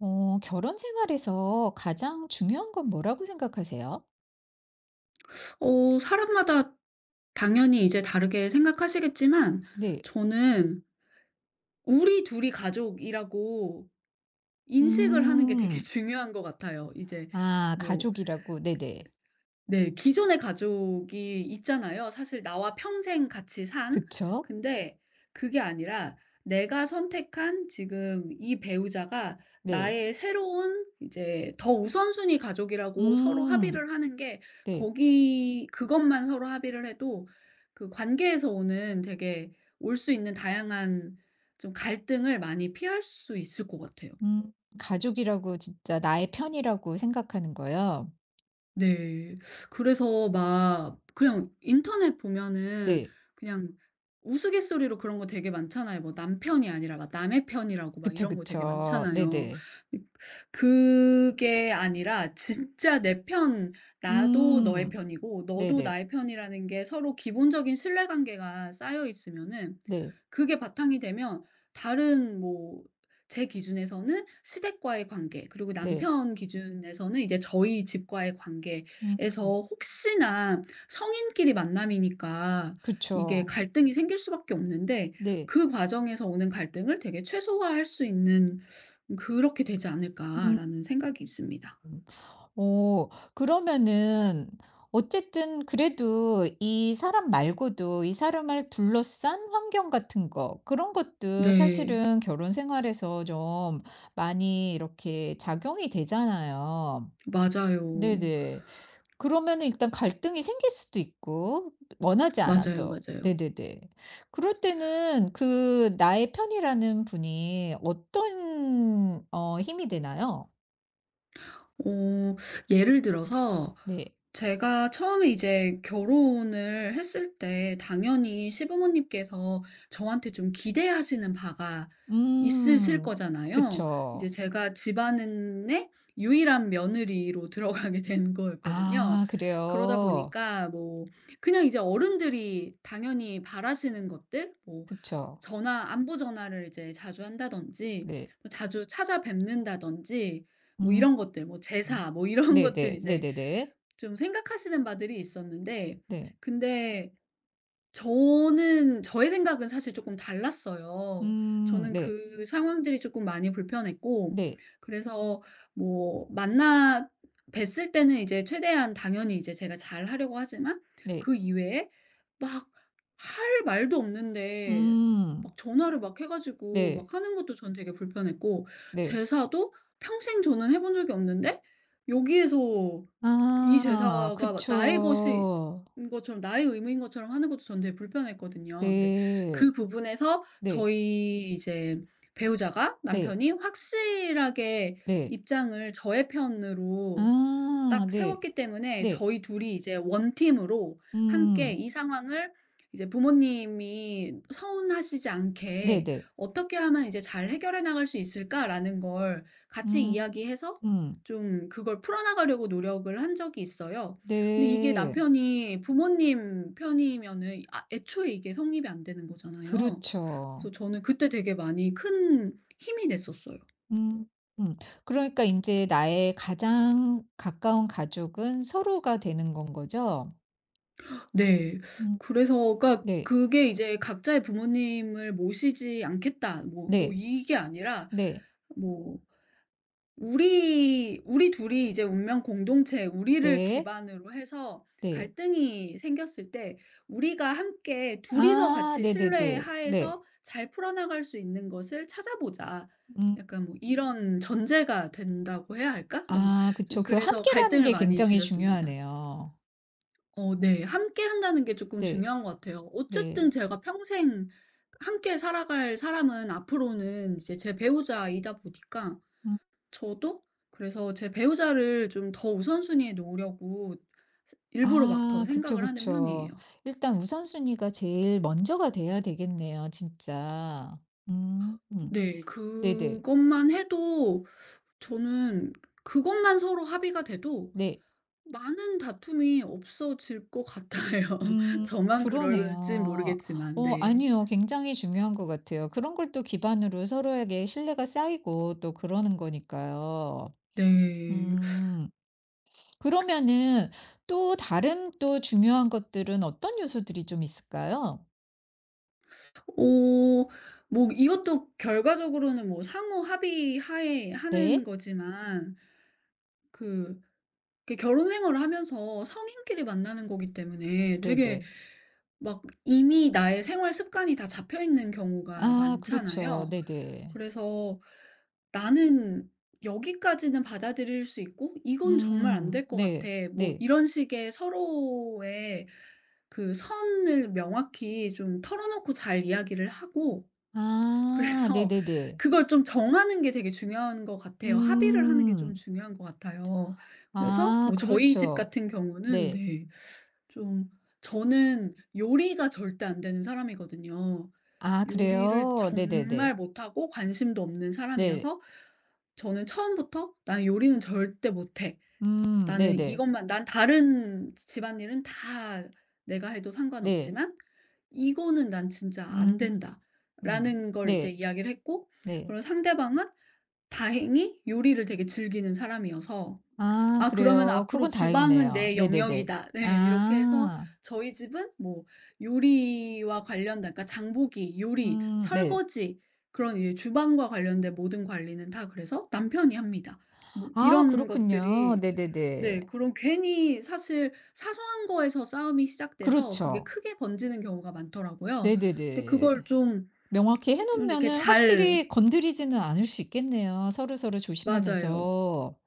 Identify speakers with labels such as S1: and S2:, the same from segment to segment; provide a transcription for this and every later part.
S1: 결혼 생활에서 가장 중요한 건 뭐라고 생각하세요?
S2: 사람마다 당연히 이제 다르게 생각하시겠지만,
S1: 네.
S2: 저는 우리 둘이 가족이라고 인식을 하는 게 되게
S1: 음.
S2: 중요한 것 같아요. 이제
S1: 아,
S2: 뭐,
S1: 가족이라고. 네네.
S2: 네. 기존의 가족이 있잖아요. 사실 나와 평생 같이 산.
S1: 그쵸.
S2: 근데 그게 아니라, 내가 선택한 지금 이 배우자가
S1: 네.
S2: 나의 새로운 이제 더 우선순위 가족이라고 서로
S1: 음.
S2: 합의를 하는 게,
S1: 네.
S2: 거기 그것만 서로 합의를 해도 그 관계에서 오는 되게, 올 수 있는 다양한 좀 갈등을 많이 피할 수 있을 것 같아요.
S1: 음. 가족이라고 진짜 나의 편이라고 생각하는 거요?
S2: 네. 그래서 막 그냥 인터넷 보면은,
S1: 네.
S2: 그냥 우스갯소리로 그런 거 되게 많잖아요. 뭐, 남편이 아니라 막 남의 편이라고 막
S1: 그쵸,
S2: 이런 거 되게
S1: 그쵸.
S2: 많잖아요.
S1: 네네.
S2: 그게 아니라 진짜 내 편, 나도 너의
S1: 음.
S2: 편이고 너도
S1: 네네.
S2: 나의 편이라는 게 서로 기본적인 신뢰 관계가 쌓여 있으면은,
S1: 네.
S2: 그게 바탕이 되면 다른 뭐, 제 기준에서는 시댁과의 관계, 그리고
S1: 네.
S2: 남편 기준에서는 이제 저희 집과의
S1: 음. 음.
S2: 관계에서 혹시나 성인끼리 만남이니까 이게
S1: 그쵸.
S2: 갈등이 생길 수밖에 없는데,
S1: 네.
S2: 그 과정에서 오는 갈등을 되게 최소화할 수 있는, 그렇게 되지 않을까라는 생각이 있습니다.
S1: 음. 오, 그러면은 어쨌든 그래도 이 사람 말고도 이 사람을 둘러싼 환경 같은 거, 그런 것도
S2: 네.
S1: 사실은 결혼 생활에서 좀 많이 이렇게 작용이 되잖아요.
S2: 맞아요.
S1: 네네. 그러면은 일단 갈등이 생길 수도 있고 원하지
S2: 맞아요,
S1: 않아도.
S2: 맞아요.
S1: 네네네. 그럴 때는 그 나의 편이라는 분이 어떤 힘이 되나요?
S2: 어 예를 들어서,
S1: 네.
S2: 제가 처음에 이제 결혼을 했을 때 당연히 시부모님께서 저한테 좀 기대하시는 바가 있으실
S1: 음.
S2: 거잖아요. 이제
S1: 그쵸.
S2: 제가 집안의 유일한 며느리로 들어가게 된 거였거든요.
S1: 아,
S2: 그러다
S1: 그래요?
S2: 보니까 뭐, 그냥 이제 어른들이 당연히 바라시는 것들, 뭐
S1: 그쵸.
S2: 전화 안부 전화를 이제 자주 한다든지,
S1: 네.
S2: 뭐 자주 찾아뵙는다든지, 뭐
S1: 음.
S2: 이런 것들, 뭐 제사, 뭐 이런 것들
S1: 네네.
S2: 이제
S1: 네네네.
S2: 좀 생각하시는 바들이 있었는데,
S1: 네.
S2: 근데 저는 저의 생각은 사실 조금 달랐어요.
S1: 음,
S2: 저는
S1: 네.
S2: 그 상황들이 조금 많이 불편했고,
S1: 네.
S2: 그래서 뭐 만나 뵀을 때는 이제 최대한 당연히 이제 제가 잘하려고 하지만,
S1: 네.
S2: 그 이외에 막 할 말도 없는데
S1: 음.
S2: 막 전화를 막 해 가지고
S1: 네.
S2: 막 하는 것도 전 되게 불편했고,
S1: 네.
S2: 제사도 평생 저는 해본 적이 없는데 여기에서 이
S1: 아,
S2: 제사가 나의 것인
S1: 그쵸.
S2: 것처럼, 나의 의무인 것처럼 하는 것도 저는 되게 불편했거든요. 근데
S1: 네.
S2: 그 부분에서
S1: 네.
S2: 저희 이제 배우자가
S1: 네.
S2: 남편이 확실하게
S1: 네.
S2: 입장을 저의 편으로
S1: 아,
S2: 딱
S1: 네.
S2: 세웠기 때문에,
S1: 네.
S2: 저희 둘이 이제 원팀으로 함께
S1: 음.
S2: 이 상황을 이제 부모님이 서운하시지 않게
S1: 네네.
S2: '어떻게 하면 이제 잘 해결해 나갈 수 있을까?'라는 걸 같이
S1: 음.
S2: 이야기해서
S1: 음.
S2: 좀 그걸 풀어나가려고 노력을 한 적이 있어요. 근데 이게
S1: 네.
S2: 남편이 부모님 편이면은, 아 애초에 이게 성립이 안 되는 거잖아요.
S1: 그렇죠.
S2: 그래서 저는 그때 되게 많이 큰 힘이 됐었어요.
S1: 음. 음. 그러니까 이제 나의 가장 가까운 가족은 서로가 되는 건 거죠?
S2: 네.
S1: 음.
S2: 그래서, 그러니까
S1: 네.
S2: 그게 이제 각자의 부모님을 모시지 않겠다, 뭐
S1: 네.
S2: 이게 아니라,
S1: 네.
S2: 뭐 우리 둘이 이제 운명 공동체, 우리를
S1: 네.
S2: 기반으로 해서
S1: 네.
S2: 갈등이 생겼을 때 우리가 함께 둘이서
S1: 아,
S2: 같이
S1: 네네네. 네.
S2: 신뢰
S1: 네, 네.
S2: 하에서 잘 풀어나갈 수 있는 것을 찾아보자,
S1: 음.
S2: 약간 뭐 이런 전제가 된다고 해야 할까? 뭐
S1: 아, 그쵸.
S2: 좀,
S1: 그
S2: 그래서
S1: 함께라는
S2: 갈등을
S1: 게
S2: 많이
S1: 굉장히
S2: 줄였습니다.
S1: 중요하네요.
S2: 네. 함께 한다는 게 조금
S1: 네.
S2: 중요한 것 같아요. 어쨌든
S1: 네.
S2: 제가 평생 함께 살아갈 사람은 앞으로는 이제 제 배우자이다 보니까,
S1: 음.
S2: 저도 그래서 제 배우자를 좀 더 우선순위에 놓으려고 스 일부러 막 더
S1: 아, 그쵸,
S2: 생각을 하는 편이에요.
S1: 그쵸. 일단 우선순위가 제일 먼저가 돼야 되겠네요, 진짜. 음. 음.
S2: 네.
S1: 네네.
S2: 그것만 해도, 저는 그것만 서로 합의가 돼도
S1: 네. 네.
S2: 많은 다툼이 없어질 것 같아요.
S1: 음,
S2: 저만 그럴진
S1: 그러네요.
S2: 모르겠지만, 네.
S1: 아니요. 굉장히 중요한 것 같아요. 그런 걸 또 기반으로 서로에게 신뢰가 쌓이고 또 그러는 거니까요.
S2: 네.
S1: 음, 그러면은 또 다른 또 중요한 것들은 어떤 요소들이 좀 있을까요?
S2: 어 뭐 이것도 결과적으로는 뭐 상호 합의 하에 하는
S1: 네.
S2: 거지만, 그 그 결혼 생활을 하면서 성인끼리 만나는 거기 때문에 되게
S1: 네네.
S2: 막 이미 나의 생활 습관이 다 잡혀 있는 경우가
S1: 아, 그렇죠.
S2: 많잖아요.
S1: 네네.
S2: 그래서, 나는 여기까지는 받아들일 수 있고 이건 정말 안
S1: 음,
S2: 될 것 같아,
S1: 네.
S2: 뭐
S1: 네.
S2: 이런 식의 서로의 그 선을 명확히 좀 털어놓고 잘 이야기를 하고,
S1: 아,
S2: 그래서
S1: 네네네.
S2: 그걸 좀 정하는 게 되게 중요한 것 같아요. 합의를 하는 게 좀
S1: 음.
S2: 중요한 것 같아요. 그래서
S1: 아,
S2: 뭐 저희 집
S1: 그렇죠.
S2: 같은 경우는,
S1: 네.
S2: 네, 좀 저는 요리가 절대 안 되는 사람이거든요.
S1: 아,
S2: 요리를
S1: 그래요?
S2: 정말
S1: 네네네.
S2: 못하고 관심도 없는
S1: 네.
S2: 사람이어서 저는 처음부터 "나는 요리는 절대 못해.
S1: 음,
S2: 나는
S1: 네네.
S2: 이것만, 난 다른 집안일은 다 내가 해도
S1: 네.
S2: 상관없지만 이거는 난 진짜
S1: 음.
S2: 안
S1: 음.
S2: 된다."라는 걸 이제
S1: 네.
S2: 이야기를 했고,
S1: 네.
S2: 그리고 상대방은 다행히 요리를 되게 즐기는 사람이어서,
S1: 아,
S2: 아 그러면
S1: 그래요?
S2: 앞으로
S1: 그건
S2: '주방은
S1: 다행이네요.
S2: 내
S1: 네네네.
S2: 영역이다.' 네 이렇게 해서,
S1: 아.
S2: 저희 집은 뭐 요리와 관련된, 그러니까 장보기, 요리,
S1: 음, 네.
S2: 설거지, 그런 이 주방과 관련된 모든 관리는 다 그래서 남편이 합니다. 뭐
S1: 아,
S2: 이런
S1: 그렇군요.
S2: 것들이
S1: 네네네.
S2: 네, 그런, 괜히 사실 사소한 거에서 싸움이 시작돼서 그게
S1: 그렇죠.
S2: 크게 번지는 경우가 많더라고요. 근데
S1: 네네네.
S2: 그걸 좀
S1: 명확히 해
S2: 좀 이렇게
S1: 놓으면은
S2: 잘,
S1: 확실히 건드리지는 않을 수 있겠네요, 서로서로
S2: 맞아요.
S1: 조심하면서.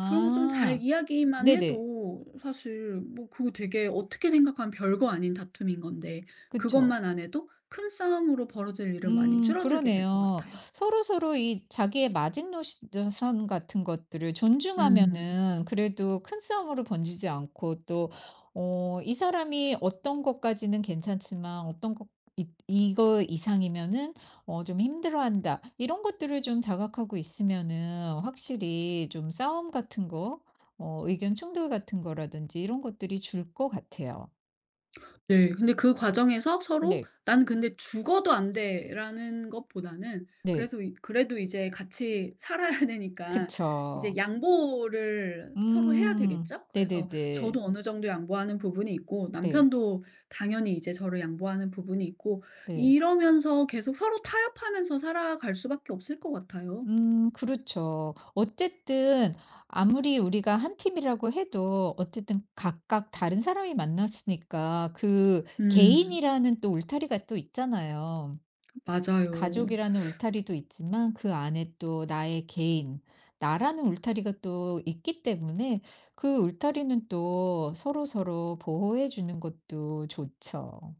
S2: 그런 거 좀 잘 이야기만
S1: 네네.
S2: 해도 사실, 뭐 그거 되게 어떻게 생각하면 별거 아닌 다툼인 건데,
S1: 그쵸.
S2: 그것만 안 해도 큰 싸움으로 벌어질 일은 많이
S1: 음,
S2: 줄어들게 될 것
S1: 그러네요.
S2: 같아요.
S1: 서로서로 이 자기의 마지노선 같은 것들을
S2: 음.
S1: 존중하면은 그래도 큰 싸움으로 번지지 않고 또 이 사람이 어떤 것까지는 괜찮지만 어떤 것 이 이거 이상이면은 좀 힘들어한다. 이런 것들을 좀 자각하고 있으면은 확실히 좀 싸움 같은 거, 의견 충돌 같은 거라든지 이런 것들이 줄 것 같아요.
S2: 네. 근데 그 과정에서 서로
S1: 네.
S2: '난 근데 죽어도 안 돼.'라는 것보다는,
S1: 네.
S2: 그래서 이 그래도 이제 같이 살아야 되니까 이제
S1: 그쵸.
S2: 양보를 서로 해야
S1: 음.
S2: 되겠죠? 그래서
S1: 네네네.
S2: 저도 어느 정도 양보하는 부분이 있고,
S1: 네.
S2: 남편도 당연히 이제 저를 양보하는 부분이 있고,
S1: 네.
S2: 이러면서 계속 서로 타협하면서 살아갈 수밖에 없을 것 같아요.
S1: 음, 그렇죠. 어쨌든 아무리 우리가 한 팀이라고 해도 어쨌든 각각 다른 사람이 만났으니까
S2: 음
S1: 개인이라는 또 울타리가 또 있잖아요.
S2: 맞아요.
S1: 가족이라는 울타리도 있지만 그 안에 또 나의 개인, 나라는 울타리가 또 있기 때문에 그 울타리는 또 서로서로 보호해 주는 것도 좋죠.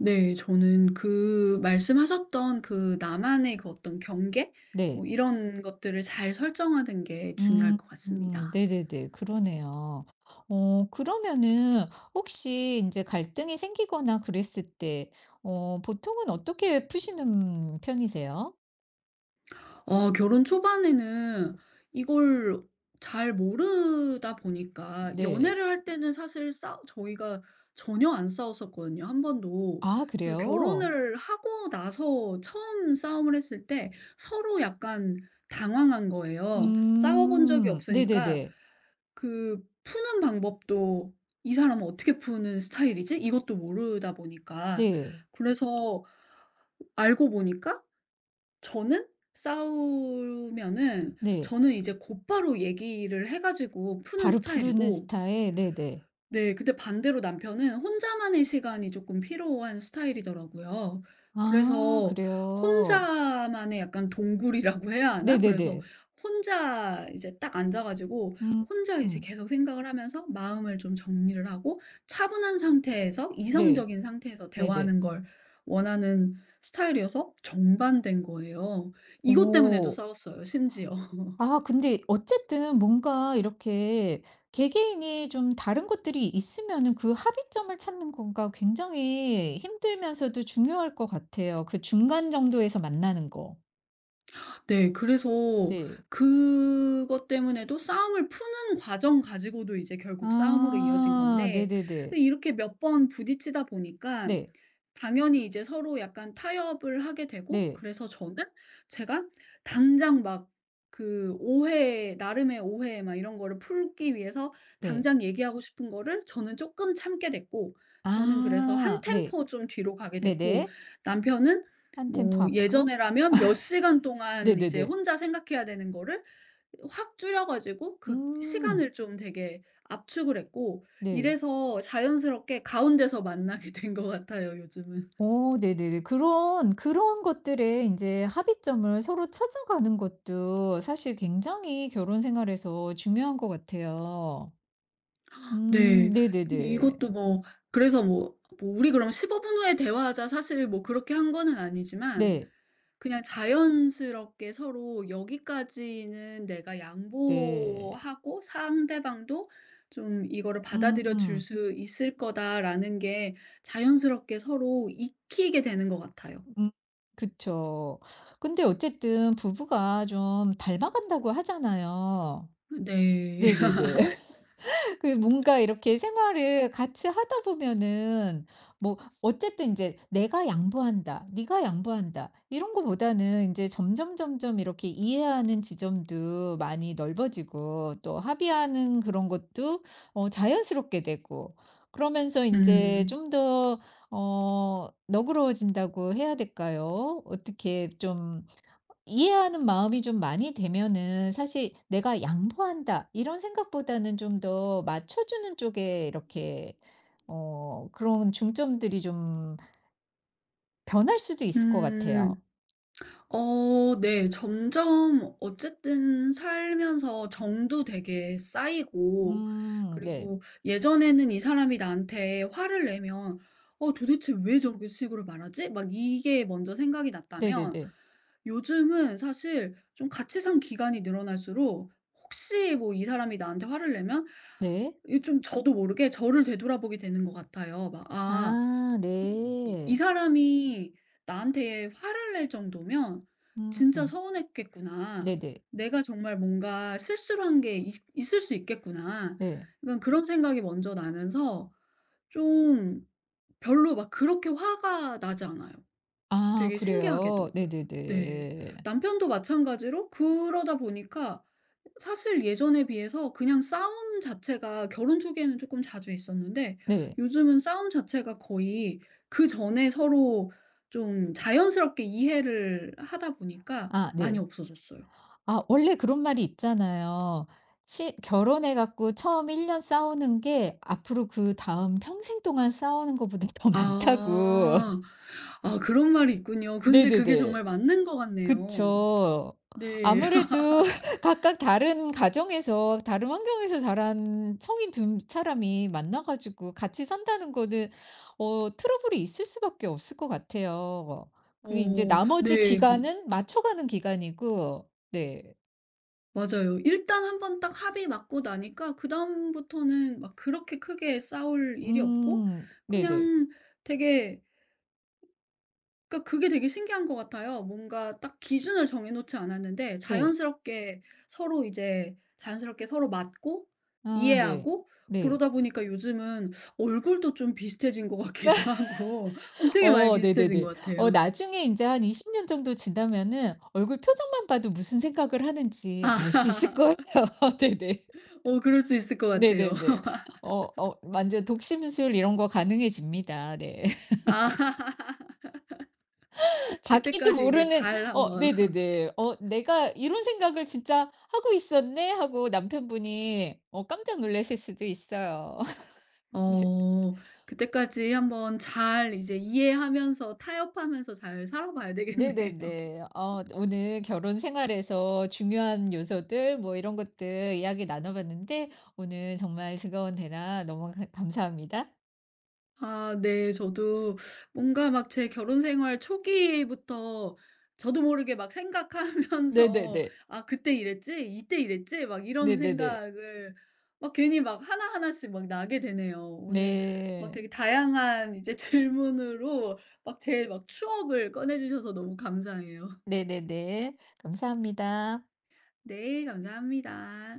S2: 네. 저는 그 말씀하셨던 그 나만의 그 어떤 경계?
S1: 네.
S2: 뭐 이런 것들을 잘 설정하는 게 중요할
S1: 음.
S2: 것
S1: 음,
S2: 같습니다.
S1: 네네네. 그러네요. 어 그러면은 혹시 이제 갈등이 생기거나 그랬을 때 보통은 어떻게 푸시는 편이세요?
S2: 결혼 초반에는 이걸 잘 모르다 보니까,
S1: 네.
S2: 연애를 할 때는 사실 싸 저희가 전혀 안 싸웠었거든요, 한 번도.
S1: 아,
S2: 그래서
S1: 그래요?
S2: 결혼을 하고 나서 처음 싸움을 했을 때 서로 약간 당황한 거예요. 싸워 본 적이
S1: 음.
S2: 없으니까
S1: 네네네.
S2: 그 푸는 방법도, '이 사람은 어떻게 푸는 스타일이지?' 이것도 모르다 보니까.
S1: 네.
S2: 그래서 알고 보니까, 저는 싸우면은
S1: 네.
S2: 저는 이제 곧바로 얘기를 해 가지고 푸는
S1: 바로 푸르는
S2: 스타일이고,
S1: 스타일? 네네.
S2: 네. 근데 반대로 남편은 혼자만의 시간이 쪼끔 필요한 스타일이더라고요.
S1: 아,
S2: 그래서
S1: 그래요?
S2: 혼자만의 약간 동굴이라고 해야 하나?
S1: 네네네.
S2: 그래서 혼자 이제 딱 앉아 가지고
S1: 음.
S2: 혼자 이제
S1: 음.
S2: 계속 생각을 하면서 마음을 좀 정리를 하고 차분한 상태에서,
S1: 네.
S2: 이성적인 상태에서
S1: 네네.
S2: 대화하는 걸 원하는 스타일이어서 정반대인 거예요. 이것 때문에도
S1: 오.
S2: 싸웠어요, 심지어.
S1: 아, 근데 어쨌든 뭔가 이렇게 개개인이 좀 다른 것들이 있으면은 그 합의점을 찾는 건가 굉장히 힘들면서도 중요할 것 같아요. 그 중간 정도에서 만나는 거.
S2: 네. 그래서
S1: 네.
S2: 그것 때문에도 싸움을 푸는 과정 가지고도 이제 결국 싸움으로 이어진
S1: 아,
S2: 건데,
S1: 네네네.
S2: 이렇게 몇 번 부딪히다 보니까
S1: 네.
S2: 당연히 이제 서로 약간 타협을 하게 되고,
S1: 네.
S2: 그래서 저는 제가 당장 막 그 오해 나름의 오해 막 이런 거를 풀기 위해서
S1: 네.
S2: 당장 얘기하고 싶은 거를 저는 조금 참게 됐고, 저는 그래서 한
S1: 아, 네.
S2: 템포 좀 뒤로 가게 됐고,
S1: 네네.
S2: 남편은
S1: 1 템포
S2: 뭐
S1: 앞으로.
S2: 예전에라면 몇 시간 동안 이제
S1: 네네네.
S2: 혼자 생각해야 되는 거를 확 줄여 가지고 그
S1: 음.
S2: 시간을 좀 되게 압축을 했고,
S1: 네.
S2: 이래서 자연스럽게 가운데서 만나게 된 것 같아요, 요즘은.
S1: 어, 네네. 그런 그런 것들에 이제 합의점을 서로 찾아가는 것도 사실 굉장히 결혼 생활에서 중요한 것 같아요. 음,
S2: 네.
S1: 네네네.
S2: 이것도 뭐, 그래서 뭐 "우리 그럼 15분 후에 대화하자." 사실 뭐 그렇게 한 거는 아니지만,
S1: 네.
S2: 그냥 자연스럽게 서로 여기까지는 내가
S1: 네.
S2: 양보하고 상대방도 좀 이거를 받아들여 줄
S1: 음.
S2: 수 있을 거다라는 게 자연스럽게 서로 익히게 되는 것 같아요.
S1: 음. 그쵸. 근데 어쨌든 부부가 좀 닮아간다고 하잖아요.
S2: 네.
S1: 네네네. 그 뭔가 이렇게 생활을 같이 하다 보면은 뭐 어쨌든 이제 '내가 양보한다. 네가 양보한다.' 이런 거보다는 이제 점점점점 이렇게 이해하는 지점도 많이 넓어지고 또 합의하는 그런 것도 자연스럽게 되고, 그러면서 이제
S2: 음.
S1: 좀 더 너그러워진다고 해야 될까요? 어떻게 좀 이해하는 마음이 좀 많이 되면은 사실 '내가 양보한다.' 이런 생각보다는 좀 더 맞춰주는 쪽에 이렇게 그런 중점들이 좀 변할 수도 있을 것 같아요.
S2: 음. 네. 점점 어쨌든 살면서 정도 되게 쌓이고,
S1: 음, 네.
S2: 그리고 예전에는 이 사람이 나한테 화를 내면 '어 도대체 왜 저렇게 식으로 말하지?' 막 이게 먼저 생각이
S1: 네,
S2: 났다면,
S1: 네네.
S2: 요즘은 사실 좀 같이 산 기간이 늘어날수록 혹시 뭐 이 사람이 나한테 화를 내면
S1: 네.
S2: 이좀 저도 모르게 저를 되돌아보게 되는 것 같아요. 막, '아
S1: 아,
S2: 이
S1: 네.
S2: 사람이 나한테 화를 낼 정도면 진짜
S1: 음,
S2: 서운했겠구나.
S1: 네네.
S2: 내가 정말 뭔가 실수를 한 게 을수 있겠구나.'
S1: 네.
S2: 약간 그런 생각이 먼저 나면서 좀 별로 막 그렇게 화가 나지 않아요.
S1: 아,
S2: 되게 신기하게도.
S1: 그래요? 네, 네,
S2: 네.
S1: 네.
S2: 남편도 마찬가지로 그러다 보니까 사실 예전에 비해서 그냥 싸움 자체가, 결혼 초기에는 쪼끔 자주 있었는데,
S1: 네.
S2: 요즘은 싸움 자체가 거의, 그전에 서로 좀 자연스럽게 이해를 하다 보니까
S1: 아,
S2: 많이
S1: 네.
S2: 없어졌어요.
S1: 아, 원래 그런 말이 있잖아요. 시 결혼해 갖고 처음 1년 싸우는 게 앞으로 그다음 평생 동안 싸우는 것보다 더 많다고.
S2: 아. 아 그런 말이 있군요. 근데 그게
S1: 네네네.
S2: 정말 맞는 것 같네요.
S1: 그쵸.
S2: 네.
S1: 아무래도 각각 다른 가정에서 다른 환경에서 자란 성인 두 사람이 만나 가지고 같이 산다는 거는 트러블이 있을 수밖에 없을 것 같아요. 그게 이제 나머지
S2: 네.
S1: 기간은 맞춰 가는 기간이고 네.
S2: 맞아요. 일단 한번 딱 합이 맞고 나니까 그다음부터는 막 그렇게 크게 싸울 일이 없고,
S1: 음. 네네.
S2: 그냥 되게, 그러니까 그게 되게 신기한 것 같아요. 뭔가 딱 기준을 정해 놓지 않았는데
S1: 네.
S2: 자연스럽게 서로 맞고
S1: 아, 네.
S2: 이해하고,
S1: 네.
S2: 그러다 보니까 요즘은 얼굴도 좀 비슷해진 것 같기도 하고, 되게 많이
S1: 어,
S2: 비슷해진
S1: 네네네.
S2: 것
S1: 어,
S2: 같아요.
S1: 나중에 인제 한 20년 정도 지나면은 얼굴 표정만 봐도 무슨 생각을 하는지 알 수 있을
S2: 아
S1: 거예요. 네네.
S2: 그럴 수 있을 것 같아요.
S1: 네네네. 어 어 완전 독심술 이런 거 가능해집니다. 네.
S2: 아
S1: 자기도
S2: 그때까지 이제
S1: 모르는
S2: 잘
S1: 어
S2: 한번
S1: 네네네. 어 '내가 이런 생각을 진짜 하고 있었네.' 하고 남편분이 깜짝 놀라실 수도 있어요. 네.
S2: 어. 그때까지 한번 잘 이제 이해하면서 타협하면서 잘 살아봐야 되겠네요.
S1: 네네네. 어 오늘 결혼 생활에서 중요한 요소들 뭐 이런 것들 이야기 나눠 봤는데 오늘 정말 즐거운 대화 너무 가 감사합니다.
S2: 아 네. 저도 뭔가 막 제 결혼 생활 초기부터 저도 모르게 막 생각하면서
S1: 네네네.
S2: '아 그때 이랬지. 이때 이랬지.' 막 이런
S1: 네네네.
S2: 생각을 막 괜히 막 하나하나씩 막 나게 되네요. 오늘 막
S1: 네.
S2: 되게 다양한 이제 질문으로 막 제 막 추억을 꺼내 주셔서 너무 감사해요.
S1: 네네네. 감사합니다.
S2: 네. 감사합니다.